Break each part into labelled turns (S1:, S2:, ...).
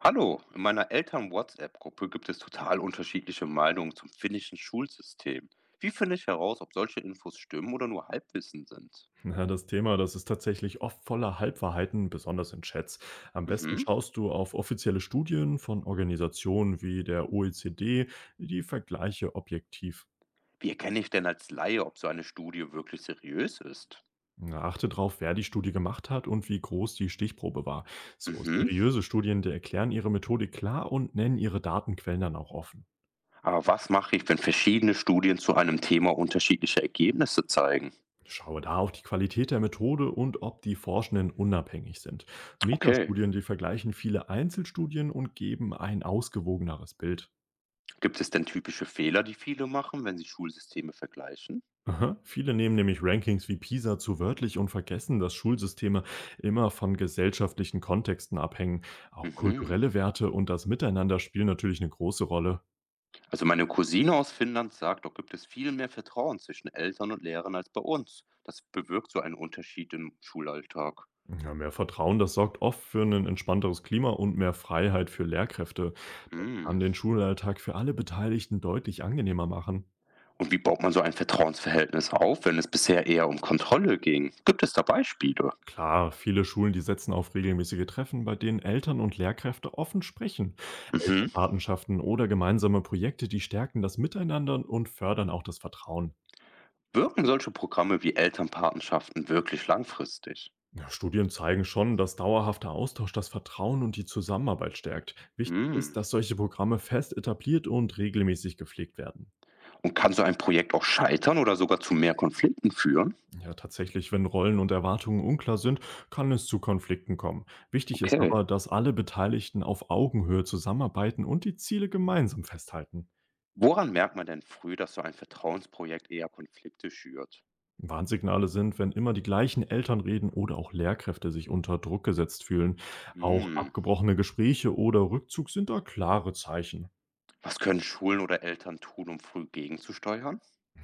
S1: Hallo, in meiner Eltern-WhatsApp-Gruppe gibt es total unterschiedliche Meinungen zum finnischen Schulsystem. Wie finde ich heraus, ob solche Infos stimmen oder nur Halbwissen sind?
S2: Ja, das Thema, das ist tatsächlich oft voller Halbwahrheiten, besonders in Chats. Am besten
S1: Mhm.
S2: schaust du auf offizielle Studien von Organisationen wie der OECD, die Vergleiche objektiv.
S1: Wie erkenne ich denn als Laie, ob so eine Studie wirklich seriös ist?
S2: Na, achte darauf, wer die Studie gemacht hat und wie groß die Stichprobe war. So
S1: Mhm.
S2: seriöse Studien, die erklären ihre Methode klar und nennen ihre Datenquellen dann auch offen.
S1: Aber was mache ich, wenn verschiedene Studien zu einem Thema unterschiedliche Ergebnisse zeigen?
S2: Schaue da auf die Qualität der Methode und ob die Forschenden unabhängig sind.
S1: Okay.
S2: Metastudien, die vergleichen viele Einzelstudien und geben ein ausgewogeneres Bild.
S1: Gibt es denn typische Fehler, die viele machen, wenn sie Schulsysteme vergleichen?
S2: Aha. Viele nehmen nämlich Rankings wie PISA zu wörtlich und vergessen, dass Schulsysteme immer von gesellschaftlichen Kontexten abhängen. Auch
S1: Mhm.
S2: kulturelle Werte und das Miteinander spielen natürlich eine große Rolle.
S1: Also meine Cousine aus Finnland sagt, dort gibt es viel mehr Vertrauen zwischen Eltern und Lehrern als bei uns. Das bewirkt so einen Unterschied im Schulalltag.
S2: Ja, mehr Vertrauen, das sorgt oft für ein entspannteres Klima und mehr Freiheit für Lehrkräfte. Das kann
S1: Mm.
S2: den Schulalltag für alle Beteiligten deutlich angenehmer machen.
S1: Und wie baut man so ein Vertrauensverhältnis auf, wenn es bisher eher um Kontrolle ging? Gibt es da Beispiele?
S2: Klar, viele Schulen, die setzen auf regelmäßige Treffen, bei denen Eltern und Lehrkräfte offen sprechen.
S1: Mhm.
S2: Elternpatenschaften oder gemeinsame Projekte, die stärken das Miteinander und fördern auch das Vertrauen.
S1: Wirken solche Programme wie Elternpatenschaften wirklich langfristig?
S2: Ja, Studien zeigen schon, dass dauerhafter Austausch das Vertrauen und die Zusammenarbeit stärkt. Wichtig
S1: Mm.
S2: ist, dass solche Programme fest etabliert und regelmäßig gepflegt werden.
S1: Und kann so ein Projekt auch scheitern oder sogar zu mehr Konflikten führen?
S2: Ja, tatsächlich, wenn Rollen und Erwartungen unklar sind, kann es zu Konflikten kommen. Wichtig ist
S1: Okay.
S2: aber, dass alle Beteiligten auf Augenhöhe zusammenarbeiten und die Ziele gemeinsam festhalten.
S1: Woran merkt man denn früh, dass so ein Vertrauensprojekt eher Konflikte schürt?
S2: Warnsignale sind, wenn immer die gleichen Eltern reden oder auch Lehrkräfte sich unter Druck gesetzt fühlen. Auch
S1: Mm.
S2: abgebrochene Gespräche oder Rückzug sind da klare Zeichen.
S1: Was können Schulen oder Eltern tun, um früh gegenzusteuern?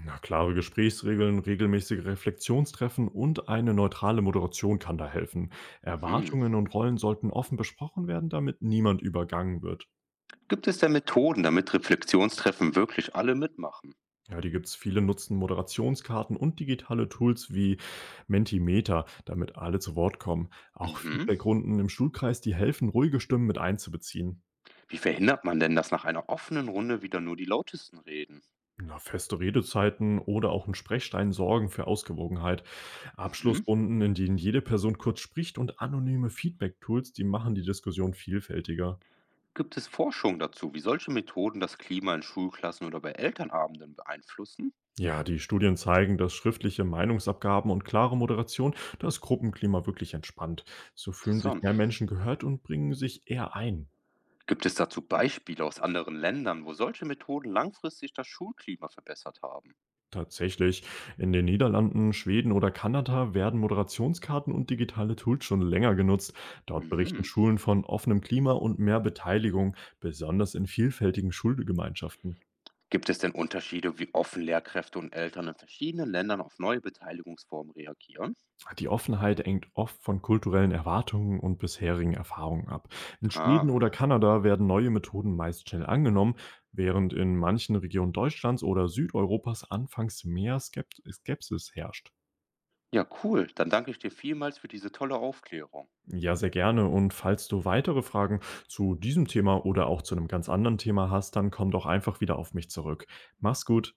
S2: Na, klare Gesprächsregeln, regelmäßige Reflexionstreffen und eine neutrale Moderation kann da helfen.
S1: Mhm.
S2: Erwartungen und Rollen sollten offen besprochen werden, damit niemand übergangen wird.
S1: Gibt es denn Methoden, damit Reflexionstreffen wirklich alle mitmachen?
S2: Ja, die gibt's, viele nutzen Moderationskarten und digitale Tools wie Mentimeter, damit alle zu Wort kommen. Auch
S1: Mhm.
S2: Feedbackrunden im Schulkreis, die helfen, ruhige Stimmen mit einzubeziehen.
S1: Wie verhindert man denn, dass nach einer offenen Runde wieder nur die Lautesten reden?
S2: Na, feste Redezeiten oder auch ein Sprechstein sorgen für Ausgewogenheit.
S1: Mhm.
S2: Abschlussrunden, in denen jede Person kurz spricht, und anonyme Feedback-Tools, die machen die Diskussion vielfältiger.
S1: Gibt es Forschung dazu, wie solche Methoden das Klima in Schulklassen oder bei Elternabenden beeinflussen?
S2: Ja, die Studien zeigen, dass schriftliche Meinungsabgaben und klare Moderation das Gruppenklima wirklich entspannt. So fühlen sich
S1: Interessant.
S2: mehr Menschen gehört und bringen sich eher ein.
S1: Gibt es dazu Beispiele aus anderen Ländern, wo solche Methoden langfristig das Schulklima verbessert haben?
S2: Tatsächlich. In den Niederlanden, Schweden oder Kanada werden Moderationskarten und digitale Tools schon länger genutzt. Dort berichten
S1: Mhm.
S2: Schulen von offenem Klima und mehr Beteiligung, besonders in vielfältigen Schulgemeinschaften.
S1: Gibt es denn Unterschiede, wie offen Lehrkräfte und Eltern in verschiedenen Ländern auf neue Beteiligungsformen reagieren?
S2: Die Offenheit hängt oft von kulturellen Erwartungen und bisherigen Erfahrungen ab. In Schweden
S1: Ah,
S2: oder Kanada werden neue Methoden meist schnell angenommen, während in manchen Regionen Deutschlands oder Südeuropas anfangs mehr Skepsis herrscht.
S1: ja, cool. Dann danke ich dir vielmals für diese tolle Aufklärung.
S2: Ja, sehr gerne. Und falls du weitere Fragen zu diesem Thema oder auch zu einem ganz anderen Thema hast, dann komm doch einfach wieder auf mich zurück. Mach's gut.